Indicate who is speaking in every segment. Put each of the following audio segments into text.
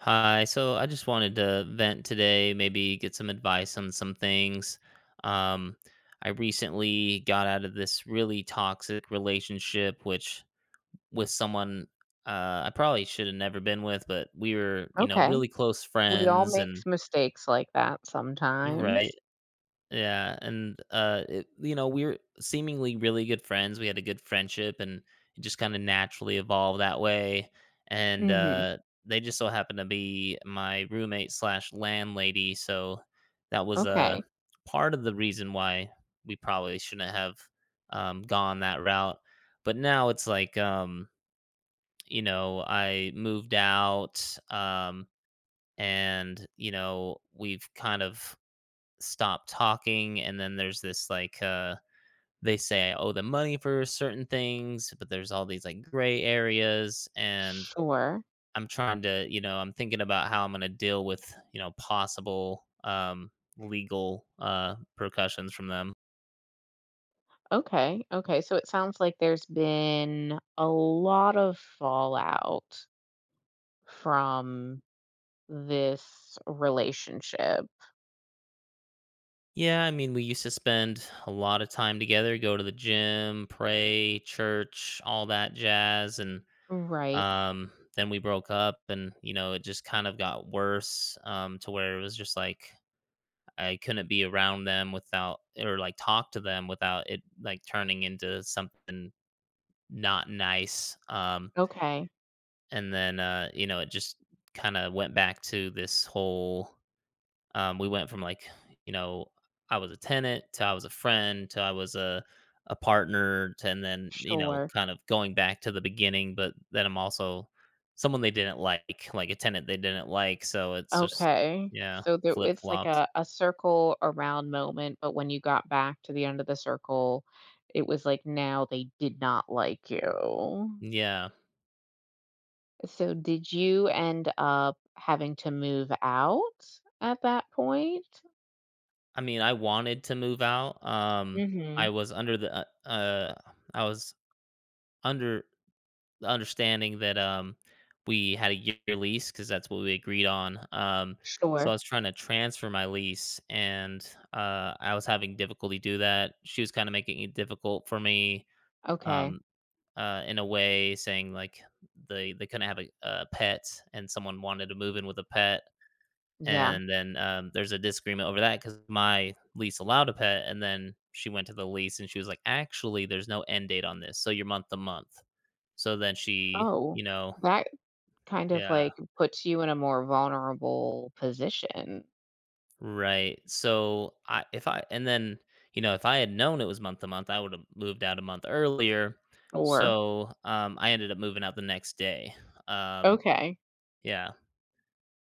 Speaker 1: Hi. So I just wanted to vent today, maybe get some advice on some things. Um, I recently got out of this really toxic relationship, which with someone I probably should have never been with, but we were, you know,
Speaker 2: Okay.
Speaker 1: really close
Speaker 2: We all
Speaker 1: friends and,
Speaker 2: makes mistakes like that
Speaker 1: right.
Speaker 2: sometimes.
Speaker 1: Yeah, we're seemingly really good friends, we had a good friendship, and it just kinda naturally evolved that way, and,
Speaker 2: Mhm.
Speaker 1: uh, they just so happened to be my roommate/landlady, slash landlady, so that was, a
Speaker 2: Okay.
Speaker 1: part of the reason why we probably shouldn't have, gone that route. But now it's like, I moved out, and, we've kind of stop talking, and then there's this like they say I owe them money for certain things, but there's all these like gray areas. And
Speaker 2: Sure.
Speaker 1: I'm trying to, I'm thinking about how I'm going to deal with, possible legal percussions from them.
Speaker 2: Okay. Okay. So it sounds like there's been a lot of fallout from this relationship.
Speaker 1: Yeah, I mean, we used to spend a lot of time together, go to the gym, pray, church, all that jazz. and
Speaker 2: Right.
Speaker 1: um then we broke up, and you know, it just kind of got worse to where it was just like I couldn't be around them without or like talk to them without it like turning into something not nice.
Speaker 2: Okay.
Speaker 1: And then you know, It just kind of went back to this whole. We went from like, you know, I was a tenant, to I was a friend, to I was a partner to, and then,
Speaker 2: Sure.
Speaker 1: kind of going back to the beginning. But then I'm also someone they didn't like a tenant they didn't like. So it's just,
Speaker 2: Okay.
Speaker 1: yeah,
Speaker 2: So there,
Speaker 1: flip
Speaker 2: it's like
Speaker 1: flopped.
Speaker 2: a circle around moment, but when you got back to the end of the circle, it was like now they did not like you.
Speaker 1: Yeah.
Speaker 2: So did you end up having to move out at that point?
Speaker 1: I mean, I wanted to move out.
Speaker 2: mm
Speaker 1: I
Speaker 2: Mhm.
Speaker 1: was under the I was under the understanding that we had a year lease because that's what we agreed on. So I
Speaker 2: Sure.
Speaker 1: was trying to transfer my lease, and I was having difficulty do that. She was kind of making it difficult for me.
Speaker 2: Okay.
Speaker 1: Um, in a way, saying like they couldn't have a pet, and someone wanted to move in with a pet.
Speaker 2: Yeah.
Speaker 1: And then, there's a disagreement over that because my lease allowed a pet, and then she went to the lease and she was like, "Actually, there's no end date on this, so you're month to month." So then she,
Speaker 2: Oh,
Speaker 1: you know
Speaker 2: that kind of,
Speaker 1: Yeah,
Speaker 2: like, puts you in a more vulnerable position
Speaker 1: right. So I if I and then, you know, if I had known it was month to month, I would've moved out a month earlier.
Speaker 2: or.
Speaker 1: So, I ended up moving out the next day. Um,
Speaker 2: Okay.
Speaker 1: yeah,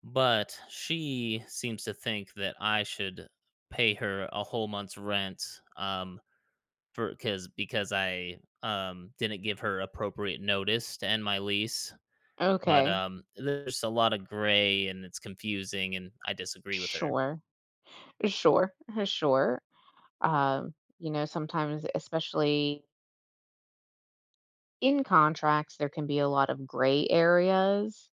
Speaker 1: but she seems to think that I should pay her a whole month's rent, for because I, didn't give her appropriate notice to end my lease, but,
Speaker 2: Okay.
Speaker 1: there's a lot of gray and it's confusing, and I disagree with her.
Speaker 2: Sure. Sure. Sure. You know, sometimes, especially in contracts, there can be a lot of gray areas.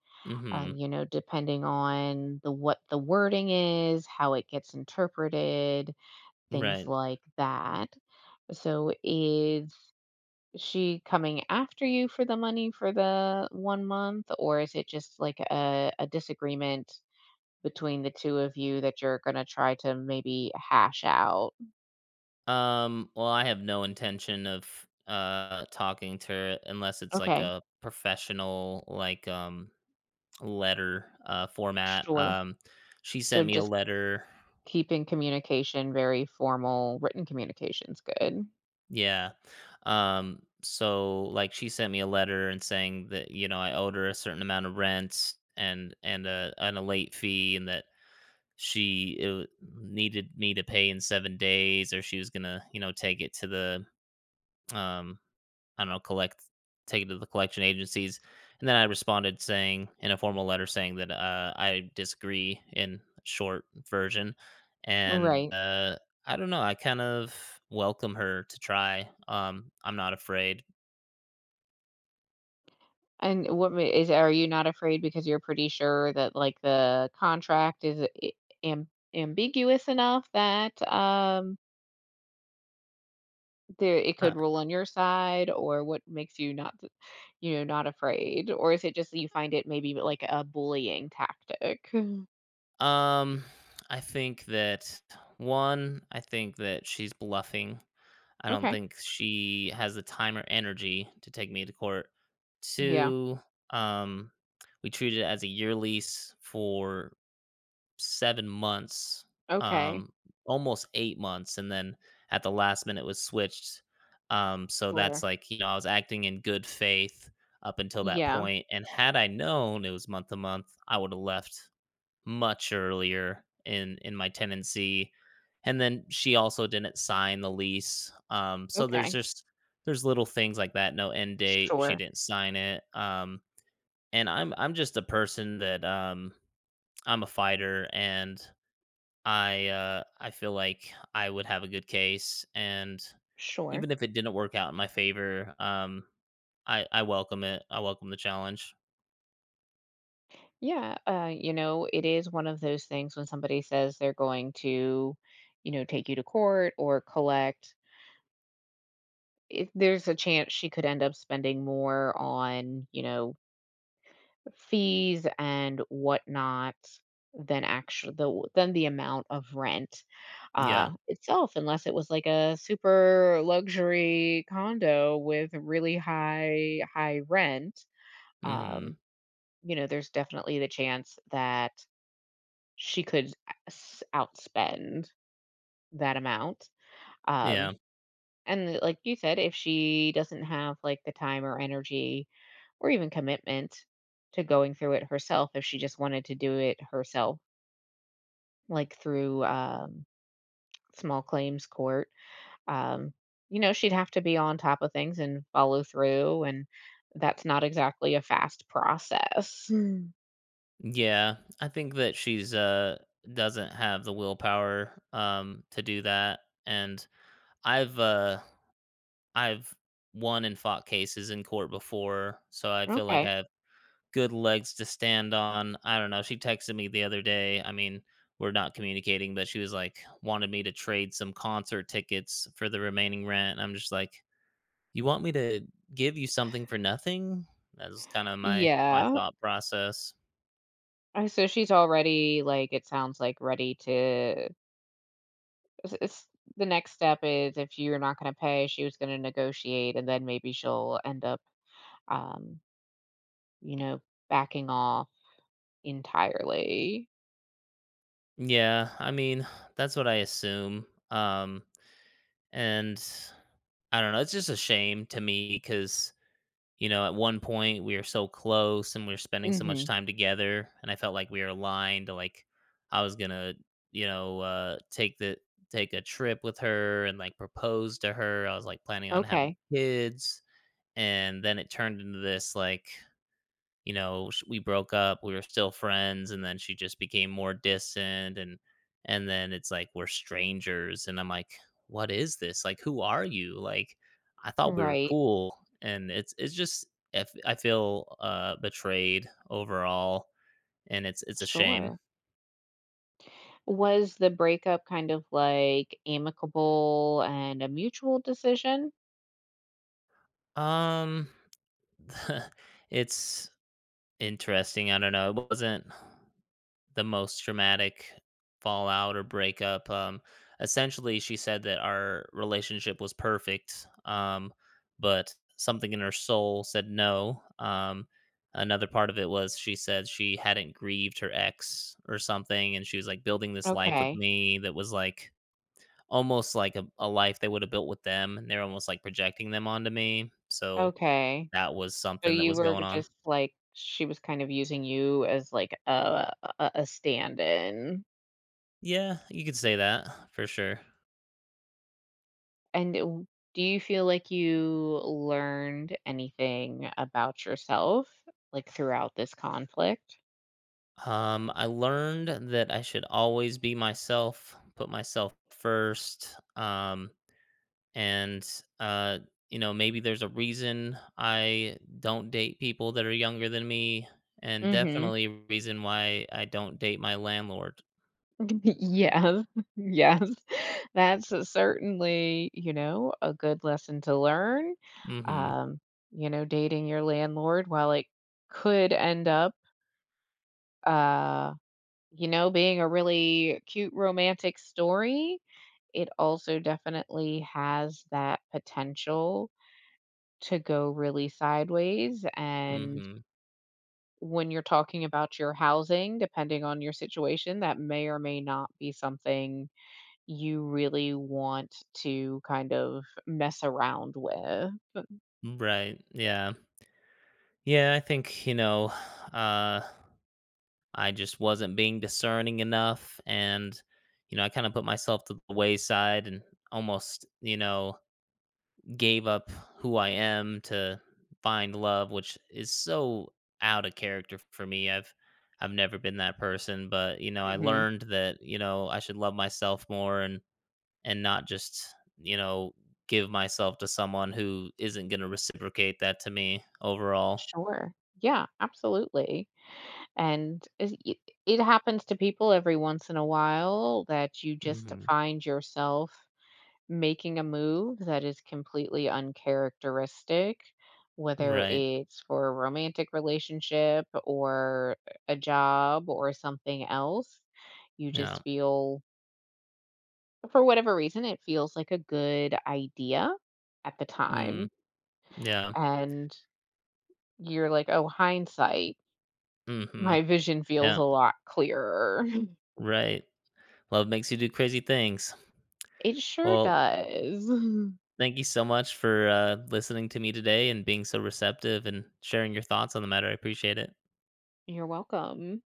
Speaker 1: Mhm.
Speaker 2: You know, depending on the what the wording is, how it gets interpreted, things
Speaker 1: Right.
Speaker 2: like that. So is she coming after you for the money for the one month, or is it just like a disagreement between the two of you that you're gonna try to maybe hash out?
Speaker 1: Well, I have no intention of, talking to her unless it's like
Speaker 2: Okay,
Speaker 1: a professional, like, letter, format.
Speaker 2: sure.
Speaker 1: She
Speaker 2: So
Speaker 1: sent me a
Speaker 2: just
Speaker 1: letter.
Speaker 2: keeping communication very formal, written communication's good.
Speaker 1: Yeah. So like she sent me a letter and saying that, I owed her a certain amount of rent and a late fee, and that she needed me to pay in 7 days or she was gonna, take it to the um I don't know, take it to the collection agencies. And then I responded saying in a formal letter saying that I disagree in short version. And
Speaker 2: Right.
Speaker 1: I don't know, I kind of welcome her to try. I'm not afraid.
Speaker 2: And what ma is are you not afraid because you're pretty sure that, like, the contract is I am ambiguous enough that, there it
Speaker 1: Uh,
Speaker 2: could rule on your side, or what makes you not not afraid? Or is it just that you find it maybe like a bullying tactic? Mm.
Speaker 1: um, I think that, one, I think that she's bluffing. I don't
Speaker 2: Okay.
Speaker 1: think she has the time or energy to take me to court.
Speaker 2: Yeah.
Speaker 1: Two, um, we treat it as a year lease for 7 months,
Speaker 2: Okay.
Speaker 1: um, almost 8 months, and then at the last minute was switched. So that's
Speaker 2: Sure.
Speaker 1: like, I was acting in good faith up until that
Speaker 2: Yeah.
Speaker 1: point, and had I known it was month to month, I would have left much earlier in my tenancy. And then she also didn't sign the lease. So there's
Speaker 2: Okay.
Speaker 1: just, there's little things like that, no end date, she
Speaker 2: Sure.
Speaker 1: didn't sign it. And I'm just a person that I'm a fighter, and I feel like I would have a good case, and
Speaker 2: Sure.
Speaker 1: even if it didn't work out in my favor, I welcome it. I welcome the challenge.
Speaker 2: Yeah, you know, it is one of those things when somebody says they're going to, you know, take you to court or collect. If there's a chance she could end up spending more on, you know, fees and whatnot than actual the than the amount of rent,
Speaker 1: Yeah.
Speaker 2: itself, unless it was like a super luxury condo with really high rent.
Speaker 1: Mhm.
Speaker 2: Um, you know, there's definitely the chance that she could s outspend that amount. Um,
Speaker 1: Yeah.
Speaker 2: and like you said, if she doesn't have, like, the time or energy or even commitment to going through it herself if she just wanted to do it herself, like through small claims court. Um, you know, she'd have to be on top of things and follow through, and that's not exactly a fast process. Mm.
Speaker 1: Yeah. I think that she's doesn't have the willpower to do that, and I've uh I've won and fought cases in court before, so I feel like
Speaker 2: Okay.
Speaker 1: I good legs to stand on. I don't know. She texted me the other day. I mean, we're not communicating, but she was like, wanted me to trade some concert tickets for the remaining rent. I'm just like, you want me to give you something for nothing? That's kind of my
Speaker 2: Yeah.
Speaker 1: thought process.
Speaker 2: So she's already like it sounds like ready to it's the next step is if you're not going to pay, she was going to negotiate and then maybe she'll end up um you know backing off entirely.
Speaker 1: Yeah, I mean, that's what I assume. Um, and I don't know. It's just a shame to me because, at one point we were so close and we were spending so much
Speaker 2: Mhm.
Speaker 1: time together, and I felt like we were aligned. Like, I was gonna, you know, uh, take the take a trip with her and like propose to her. I was like planning on having
Speaker 2: Okay.
Speaker 1: kids, and then it turned into this like, you know, sh we broke up, we were still friends, and then she just became more distant, and then it's like we're strangers, and I'm like, "What is this? Like, who are you?" Like, I thought we were
Speaker 2: Right.
Speaker 1: cool, and it's just, I feel, betrayed overall, and it's a shame.
Speaker 2: Sure. Was the breakup kind of, like, amicable and a mutual decision?
Speaker 1: Um, it's interesting, I don't know, it wasn't the most traumatic fallout or breakup. Essentially, she said that our relationship was perfect, but something in her soul said no. Another part of it was she said she hadn't grieved her ex or something, and she was like building this life with
Speaker 2: Okay.
Speaker 1: me that was like almost like a life they would have built with them, and they're almost like projecting them onto me. So
Speaker 2: Okay.
Speaker 1: that was
Speaker 2: So
Speaker 1: something that
Speaker 2: you
Speaker 1: was
Speaker 2: were
Speaker 1: going on.
Speaker 2: just, like, she was kind of using you as, like, a stand-in.
Speaker 1: Yeah, you could say that for sure.
Speaker 2: And w do you feel like you learned anything about yourself, like, throughout this conflict?
Speaker 1: I learned that I should always be myself, put myself first. And uh, maybe there's a reason I don't date people that are younger than me, and
Speaker 2: Mhm.
Speaker 1: definitely a reason why I don't date my landlord.
Speaker 2: Yes, yes. That's a- certainly, you know, a good lesson to learn.
Speaker 1: Mm-hmm.
Speaker 2: Um, you know, dating your landlord, while it could end up, uh, you know, being a really cute romantic story, it also definitely has that potential to go really sideways. And
Speaker 1: Mm-hmm.
Speaker 2: when you're talking about your housing, depending on your situation, that may or may not be something you really want to kind of mess around with.
Speaker 1: Right. Yeah. Yeah, I think, uh I just wasn't being discerning enough, and I kind of put myself to the wayside, and almost, gave up who I am to find love, which is so out of character for me. I've never been that person, but, I
Speaker 2: Mhm.
Speaker 1: learned that, I should love myself more, and not just, you know, give myself to someone who isn't going to reciprocate that to me overall.
Speaker 2: Sure. Yeah, absolutely. And it happens to people every once in a while that you just
Speaker 1: Hmm.
Speaker 2: find yourself making a move that is completely uncharacteristic, whether
Speaker 1: Right.
Speaker 2: it's for a romantic relationship or a job or something else. You
Speaker 1: Yeah.
Speaker 2: just feel. For whatever reason, it feels like a good idea at the
Speaker 1: Mm.
Speaker 2: time,
Speaker 1: Yeah.
Speaker 2: and you're like, "Oh, hindsight,
Speaker 1: Hmm.
Speaker 2: my vision feels
Speaker 1: Yeah.
Speaker 2: a lot clearer."
Speaker 1: Right. Love makes you do crazy things.
Speaker 2: It sure
Speaker 1: Well,
Speaker 2: does.
Speaker 1: thank you so much for listening to me today and being so receptive and sharing your thoughts on the matter. I appreciate it.
Speaker 2: You're welcome.